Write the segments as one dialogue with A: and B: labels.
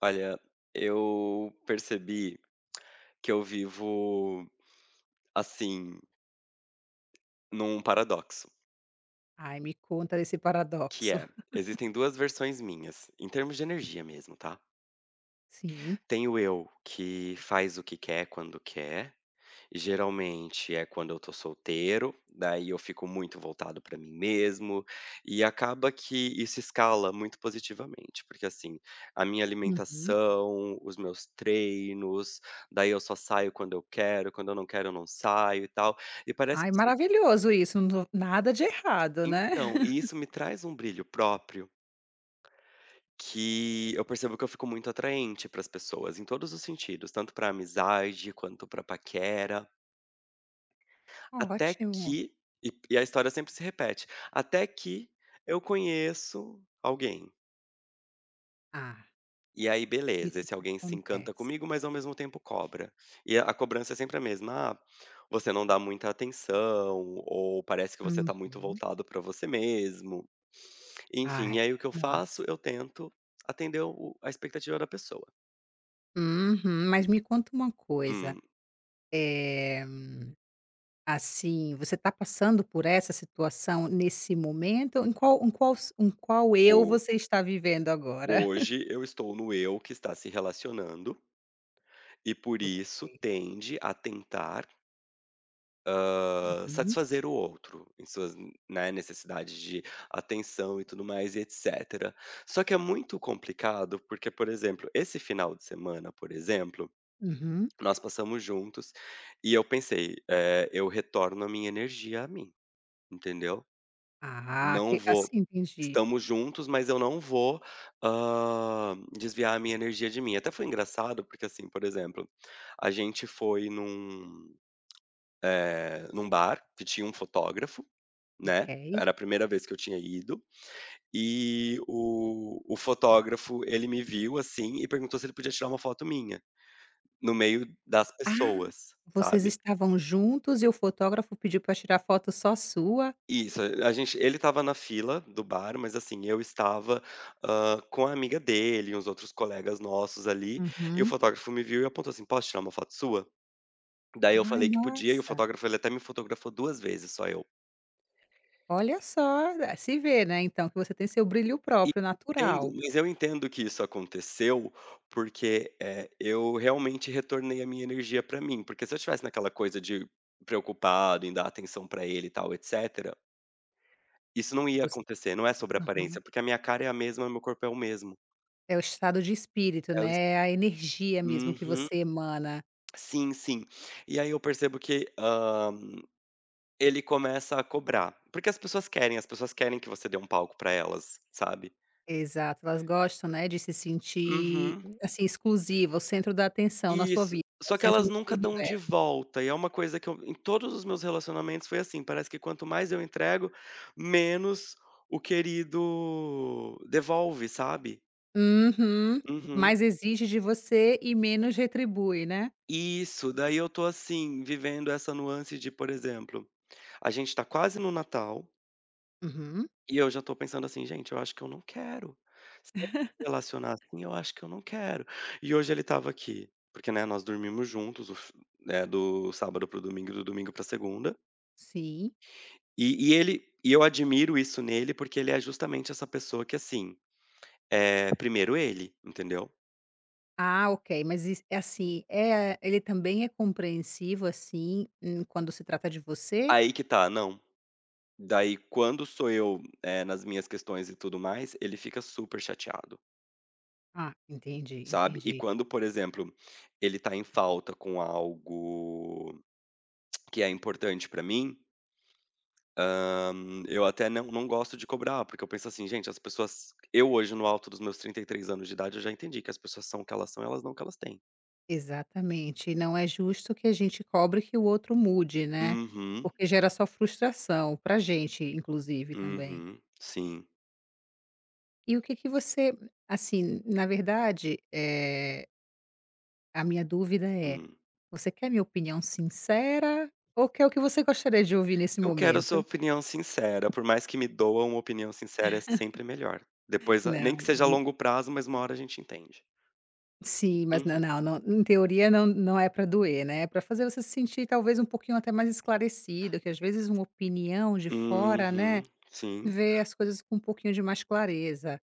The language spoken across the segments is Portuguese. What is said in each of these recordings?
A: Olha, eu percebi que eu vivo assim, num paradoxo,
B: Ai, me conta desse
A: que
B: paradoxo.
A: é: existem 2 versões minhas, em termos de energia mesmo, tá.
B: Sim.
A: Tem o eu que faz o que quer, quando quer. Geralmente é quando eu tô solteiro, daí eu fico muito voltado pra mim mesmo, e acaba que isso escala muito positivamente, porque assim, a minha
B: Uhum.
A: alimentação, os meus treinos, daí eu só saio quando eu quero, quando eu não quero eu não saio e tal, e parece
B: Ai,
A: que isso
B: maravilhoso isso, no nada de errado, né.
A: então, e isso me traz um brilho próprio, que eu percebo que eu fico muito atraente para as pessoas, em todos os sentidos, tanto pra amizade, quanto pra paquera. Até
B: Ótimo.
A: que e a história sempre se repete, até que eu conheço alguém.
B: Ah,
A: E aí
B: e o
A: beleza,
B: que
A: esse
B: que
A: alguém se encanta
B: acontece?
A: comigo, mas ao mesmo tempo cobra. E a cobrança é sempre a mesma: "Ah, você não dá muita atenção", ou "Parece que você está muito
B: Uhum.
A: voltado para você mesmo". Enfim,
B: Ai,
A: e aí o que eu faço?
B: nossa.
A: Eu tento atender o a expectativa da pessoa.
B: Uhum. Mas me conta uma coisa,
A: Hum,
B: eh, assim, você está passando por essa situação nesse momento? Em qual s em qual
A: ho
B: eu você está vivendo agora?
A: hoje eu estou no eu que está se relacionando e por isso
B: Ok.
A: tende a tentar
B: Uhum,
A: satisfazer o outro em suas, né, necessidades de atenção e tudo mais e etcétera. Só que é muito complicado, porque, por exemplo, esse final de semana, por exemplo,
B: uhum.
A: nós passamos juntos e eu pensei, eu retorno a minha energia a mim, entendeu?
B: Ah,
A: Não
B: que
A: vou
B: assim, entendi.
A: estamos juntos, mas eu não vou, ah, desviar a minha energia de mim. Até foi engraçado, porque assim, por exemplo, a gente foi num bar que tinha um fotógrafo. Né,
B: Ok.
A: era a primeira vez que eu tinha ido, e o fotógrafo, ele me viu, assim, e perguntou se ele podia tirar uma foto minha, no meio das
B: Ah,
A: pessoas,
B: vocês
A: sabe.
B: estavam juntos e o fotógrafo pediu para tirar foto só sua?
A: Isso, a gente ele estava na fila do bar, mas, assim, eu estava, com a amiga dele e uns outros colegas nossos ali, e o
B: Uhum.
A: fotógrafo me viu e apontou assim: "Posso tirar uma foto sua?". Daí eu
B: Ai,
A: falei que podia e o
B: nossa,
A: fotógrafo, ele até me fotografou 2 vezes, só eu.
B: olha só, é, se vê, né, então, que você tem seu brilho
A: E
B: próprio,
A: entendo,
B: natural.
A: mas eu entendo que isso aconteceu, porque, eu realmente retornei a minha energia pra mim, porque se eu estivesse naquela coisa de preocupado em dar atenção pra ele e tal, etcétera, isso não ia
B: Você
A: acontecer. Não é sobre aparência,
B: Aham.
A: porque a minha cara é a mesma, meu corpo é o mesmo.
B: É o estado de espírito,
A: É o es
B: né, é a energia mesmo que
A: uhum.
B: você emana.
A: Sim, sim. E aí eu percebo que, ele começa a cobrar, porque as pessoas querem que você dê um palco pra elas, sabe.
B: Exato, elas gostam, né, de se sentir,
A: Uhum.
B: assim, exclusiva, o centro da atenção na sua
A: Isso,
B: vida, o
A: só que
B: centro
A: elas
B: do seu
A: nunca dão de
B: universo.
A: volta, e é uma coisa que eu em todos os meus relacionamentos foi assim, parece que quanto mais eu entrego, menos o querido devolve, sabe.
B: Uhum.
A: Uhum.
B: Mais exige de você e menos retribui, né?
A: Isso, daí eu tô, assim, vivendo essa nuance de, por exemplo, a gente tá quase no Natal
B: Uhum.
A: e eu já tô pensando assim: "Gente, eu acho que eu não quero. Se eu me relacionar assim, eu acho que eu não quero". E hoje ele estava aqui, porque, né, nós dormimos juntos o f né, do sábado para o domingo e do domingo pra segunda.
B: Sim.
A: E eu admiro isso nele, porque ele é justamente essa pessoa que, assim, é primeiro ele, entendeu.
B: Ah, ok. Mas is é assim, é ele também é compreensivo, assim, quando se trata de você?
A: Aí que tá, não, daí quando sou eu, nas minhas questões e tudo mais, ele fica super chateado,
B: Ah, entendi,
A: sabe. E
B: entendi.
A: quando, por exemplo, ele tá em falta com algo que é importante pra mim, hã, eu até não gosto de cobrar, porque eu penso assim: "Gente, as pessoas". Eu hoje no alto dos meus 33 anos de idade, eu já entendi que as pessoas são o que elas são, elas não o que elas têm.
B: Exatamente. E não é justo que a gente cobre que o outro mude, né,
A: Uhum,
B: porque gera só frustração, pra gente, inclusive, também.
A: uhum, sim.
B: E o que que você assim, na verdade, a minha dúvida é:
A: Hum.
B: você quer minha opinião sincera ou quer o que você gostaria de ouvir nesse
A: Eu quero a sua
B: momento?
A: opinião sincera, por mais que me doa, uma opinião sincera é sempre melhor. Depois, a nem
B: Não.
A: que seja a longo prazo, mas uma hora a gente entende.
B: Sim, mas na
A: Uhum.
B: não em teoria não é para doer, né, é para fazer você se sentir talvez um pouquinho até mais esclarecido, que às vezes uma opinião de fora,
A: Uhum.
B: né,
A: Sim.
B: vê as coisas com um pouquinho de mais clareza.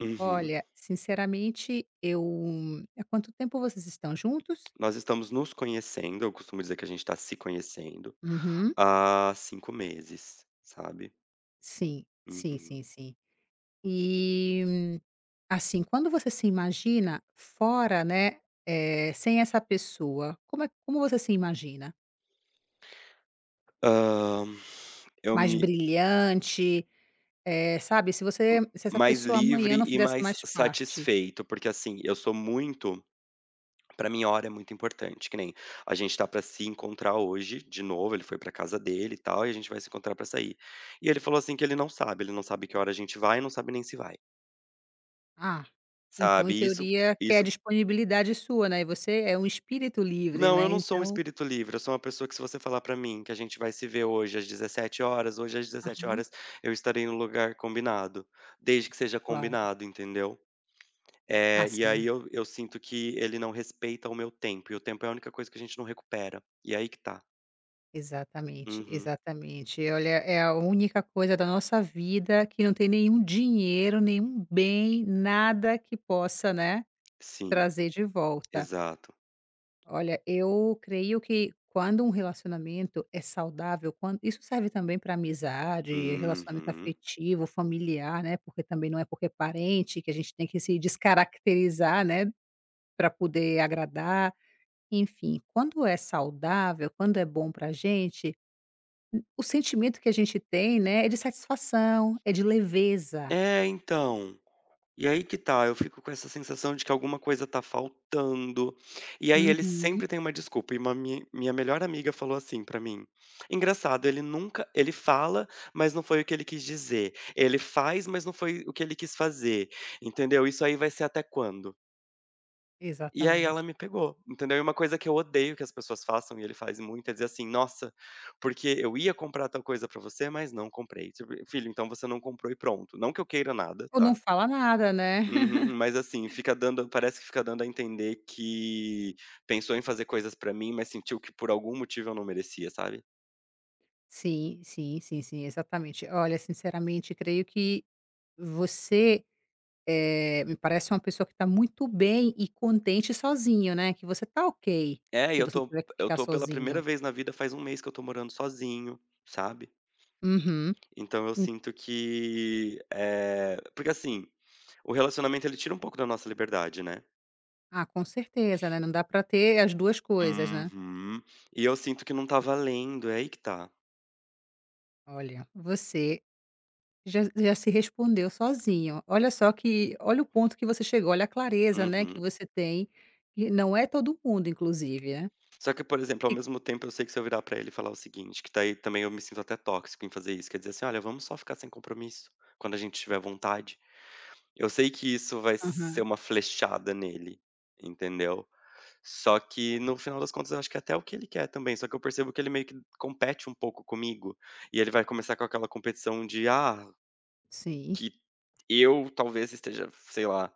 A: Uhum.
B: "Olha, sinceramente eu" há quanto tempo vocês estão juntos?
A: Nós estamos nos conhecendo, eu costumo dizer que a gente está se conhecendo
B: Uhum.
A: há 5 meses, sabe.
B: Sim, sim,
A: Uhum.
B: sim, sim. E, hum, assim, quando você se imagina fora, né, sem essa pessoa, como é como você se imagina?
A: Hã, eu
B: Mais
A: me
B: brilhante? É, sabe, se você se essa
A: mais
B: pessoa amanhã
A: livre
B: não
A: e
B: fizesse
A: mais
B: mais parte,
A: satisfeito, porque, assim, eu sou muito. Pra mim hora é muito importante, que nem a gente tá pra se encontrar hoje de novo, ele foi pra casa dele e tal, e a gente vai se encontrar pra sair. E ele falou assim que ele não sabe que hora a gente vai e não sabe nem se vai,
B: ah, então
A: sabe.
B: em
A: Isso
B: teoria quer
A: isso
B: disponibilidade sua, né, e você é um espírito livre,
A: não, eu
B: né,
A: não sou um
B: então
A: espírito livre, eu sou uma pessoa que se você falar pra mim que a gente vai se ver hoje às 17 horas, hoje às 17
B: aham,
A: horas eu estarei no lugar combinado, desde que seja
B: claro.
A: combinado, entendeu.
B: Ah,
A: É. E aí
B: sim,
A: eu sinto que ele não respeita o meu tempo, e o tempo é a única coisa que a gente não recupera, e aí que tá.
B: exatamente,
A: Uhum,
B: exatamente. Olha, é a única coisa da nossa vida que não tem nenhum dinheiro, nenhum bem, nada que possa, né,
A: sim.
B: trazer de volta.
A: Exato.
B: Olha, eu creio que quando um relacionamento é saudável, quando isso serve também para amizade, relacionamento
A: Uhum.
B: afetivo, familiar, né? Porque também não é porque é parente que a gente tem que se descaracterizar, né? Para poder agradar. Enfim, quando é saudável, quando é bom para a gente, o sentimento que a gente tem, né? É de satisfação, é de leveza.
A: É, então, e aí que tá, eu fico com essa sensação de que alguma coisa tá faltando, e aí ele sempre
B: Uhum,
A: tem uma desculpa, e uma mi minha melhor amiga falou assim pra mim: "Engraçado, ele fala, mas não foi o que ele quis dizer. Ele faz, mas não foi o que ele quis fazer", entendeu? "Isso aí vai ser até quando?". E aí ela
B: exatamente.
A: me pegou, entendeu? E uma coisa que eu odeio que as pessoas façam, e ele faz muito, é dizer assim: "Nossa, porque eu ia comprar tal coisa pra você, mas não comprei". Tipo, "Filho, então você não comprou e pronto". Não que eu queira nada,
B: Ou não
A: tá?
B: fala nada, né?
A: Uhum. Mas assim, fica dando parece que fica dando a entender que pensou em fazer coisas pra mim, mas sentiu que por algum motivo eu não merecia, sabe?
B: Sim, sim, sim, sim, exatamente. Olha, sinceramente, creio que Você, me parece uma pessoa que está muito bem e contente sozinho, né, que você está ok,
A: É, e
B: se você tiver que
A: eu
B: ficar
A: tô pela primeira
B: sozinho.
A: vez na vida, faz 1 mês que eu tô morando sozinho, sabe?
B: Uhum.
A: Então eu
B: Hum.
A: sinto que, porque assim, o relacionamento ele tira um pouco da nossa liberdade, né.
B: Ah, com certeza, né, não dá para ter as 2 coisas, né.
A: Uhum. E eu sinto que não tá valendo, é aí que tá.
B: Olha, você já se respondeu sozinho. Olha só que olha o ponto que você chegou, olha a clareza, né, que
A: Uhum.
B: você tem, que não é todo mundo inclusive, né.
A: Só que, por exemplo, ao
B: Que
A: mesmo tempo eu sei que se eu virar pra ele e falar o seguinte, que daí também eu me sinto até tóxico em fazer isso, quer dizer assim: "Olha, vamos só ficar sem compromisso, quando a gente tiver vontade". Eu sei que isso vai ser
B: aham,
A: uma flechada nele, entendeu. Só que no final das contas eu acho que é até o que ele quer também, só que eu percebo que ele meio que compete um pouco comigo, e ele vai começar com aquela competição de: "Ah,
B: sim.
A: Que eu talvez esteja, sei lá,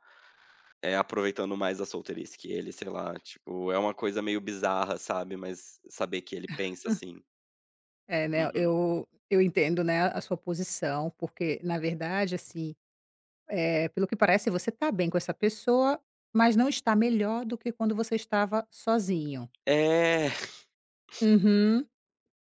A: é aproveitando mais a solteirice que ele, sei lá, tipo, é uma coisa meio bizarra, sabe, mas saber que ele pensa assim".
B: É, né,
A: Uhum.
B: eu entendo, né, a sua posição, porque na verdade, assim. Eh, pelo que parece, você está bem com essa pessoa, mas não está melhor do que quando você estava sozinho.
A: É.
B: Uhum.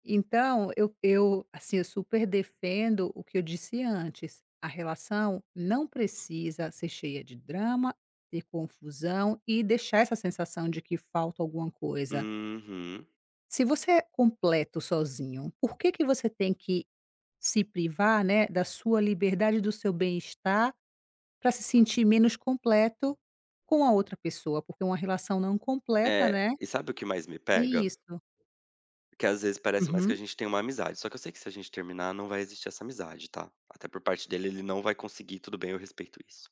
B: Então, assim, eu super defendo o que eu disse antes, a relação não precisa ser cheia de drama, de confusão e deixar essa sensação de que falta alguma coisa.
A: Uhum.
B: Se você é completo sozinho, por que que você tem que se privar, né, da sua liberdade, do seu bem-estar para se sentir menos completo com a outra pessoa, porque uma relação não completa,
A: É.
B: né,
A: E sabe o que mais me
B: é
A: pega?
B: isso.
A: Que às vezes parece mais que a
B: Uhum,
A: gente tem uma amizade, só que eu sei que se a gente terminar não vai existir essa amizade, tá. Até por parte dele, ele não vai conseguir, tudo bem, eu respeito isso.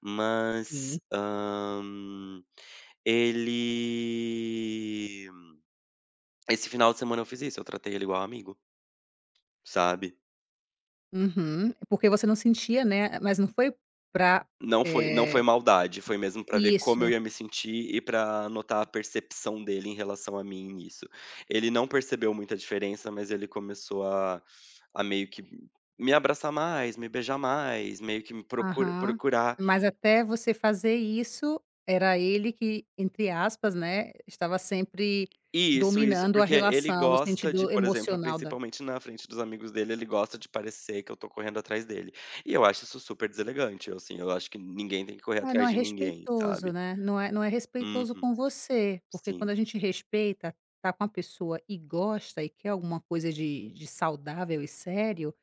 A: Mas,
B: sim.
A: hã, ele esse final de semana eu fiz isso, eu tratei ele igual amigo. Sabe?
B: Uhum. Porque você não sentia, né, mas não foi pra,
A: Não foi
B: eh,
A: maldade, foi mesmo pra ver como eu
B: isso.
A: ia me sentir e pra notar a percepção dele em relação a mim nisso. Ele não percebeu muita diferença, mas ele começou a meio que me abraçar mais, me beijar mais, meio que me procura
B: Aham.
A: procurar
B: Mas até você fazer isso, era ele que, entre aspas, né, estava sempre
A: e. Isso,
B: dominando a
A: porque ele
B: relação no
A: gosta de,
B: sentido
A: por exemplo,
B: emocional da.
A: principalmente na frente dos amigos dele, ele gosta de parecer que eu tô correndo atrás dele. E eu acho isso super deselegante, eu, assim, eu acho que ninguém tem que correr
B: É, não
A: atrás
B: é
A: de ninguém,
B: respeitoso,
A: sabe?
B: né, não é respeitoso
A: Uhum,
B: com você, porque
A: sim.
B: quando a gente respeita, tá com a pessoa e gosta e quer alguma coisa de saudável e sério,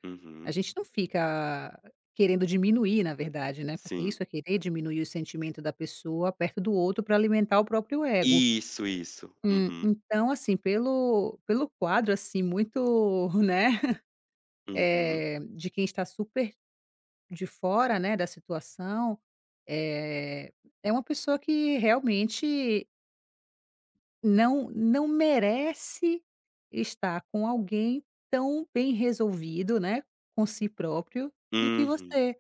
B: a
A: Uhum.
B: gente não fica querendo diminuir, na verdade, né, porque
A: Sim.
B: isso é querer diminuir o sentimento da pessoa perto do outro para alimentar o próprio ego.
A: Isso, isso. Uhum,
B: Então assim, pelo quadro, assim, muito, né,
A: uhum,
B: eh, de quem está super de fora, né, da situação, é é uma pessoa que realmente não merece estar com alguém tão bem resolvido, né, com si próprio, do que
A: uhum.
B: você,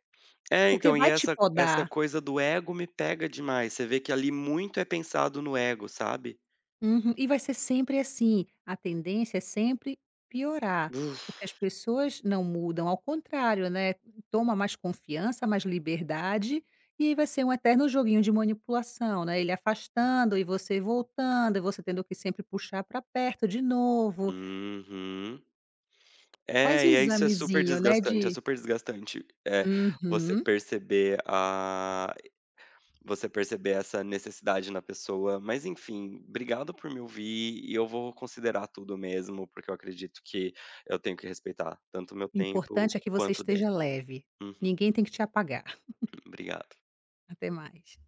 A: É,
B: porque
A: então, e
B: vai te
A: essa
B: podar.
A: coisa do ego me pega demais, você vê que ali muito é pensado no ego, sabe.
B: Uhum. E vai ser sempre assim, a tendência é sempre piorar, porque
A: Uf.
B: as pessoas não mudam, ao contrário, né, toma mais confiança, mais liberdade, e aí vai ser um eterno joguinho de manipulação, né, ele afastando e você voltando, e você tendo que sempre puxar para perto de novo.
A: Uhum.
B: Faz o
A: É, e aí isso
B: examezinho, né,
A: é
B: de.
A: super desgastante, você
B: Uhum.
A: perceber a você perceber essa necessidade na pessoa. Mas enfim, obrigado por me ouvir e eu vou considerar tudo mesmo, porque eu acredito que eu tenho que respeitar tanto o meu
B: O
A: tempo
B: importante é que você
A: quanto o dele.
B: esteja leve.
A: Uhum.
B: Ninguém tem que te apagar.
A: Obrigado.
B: Até mais.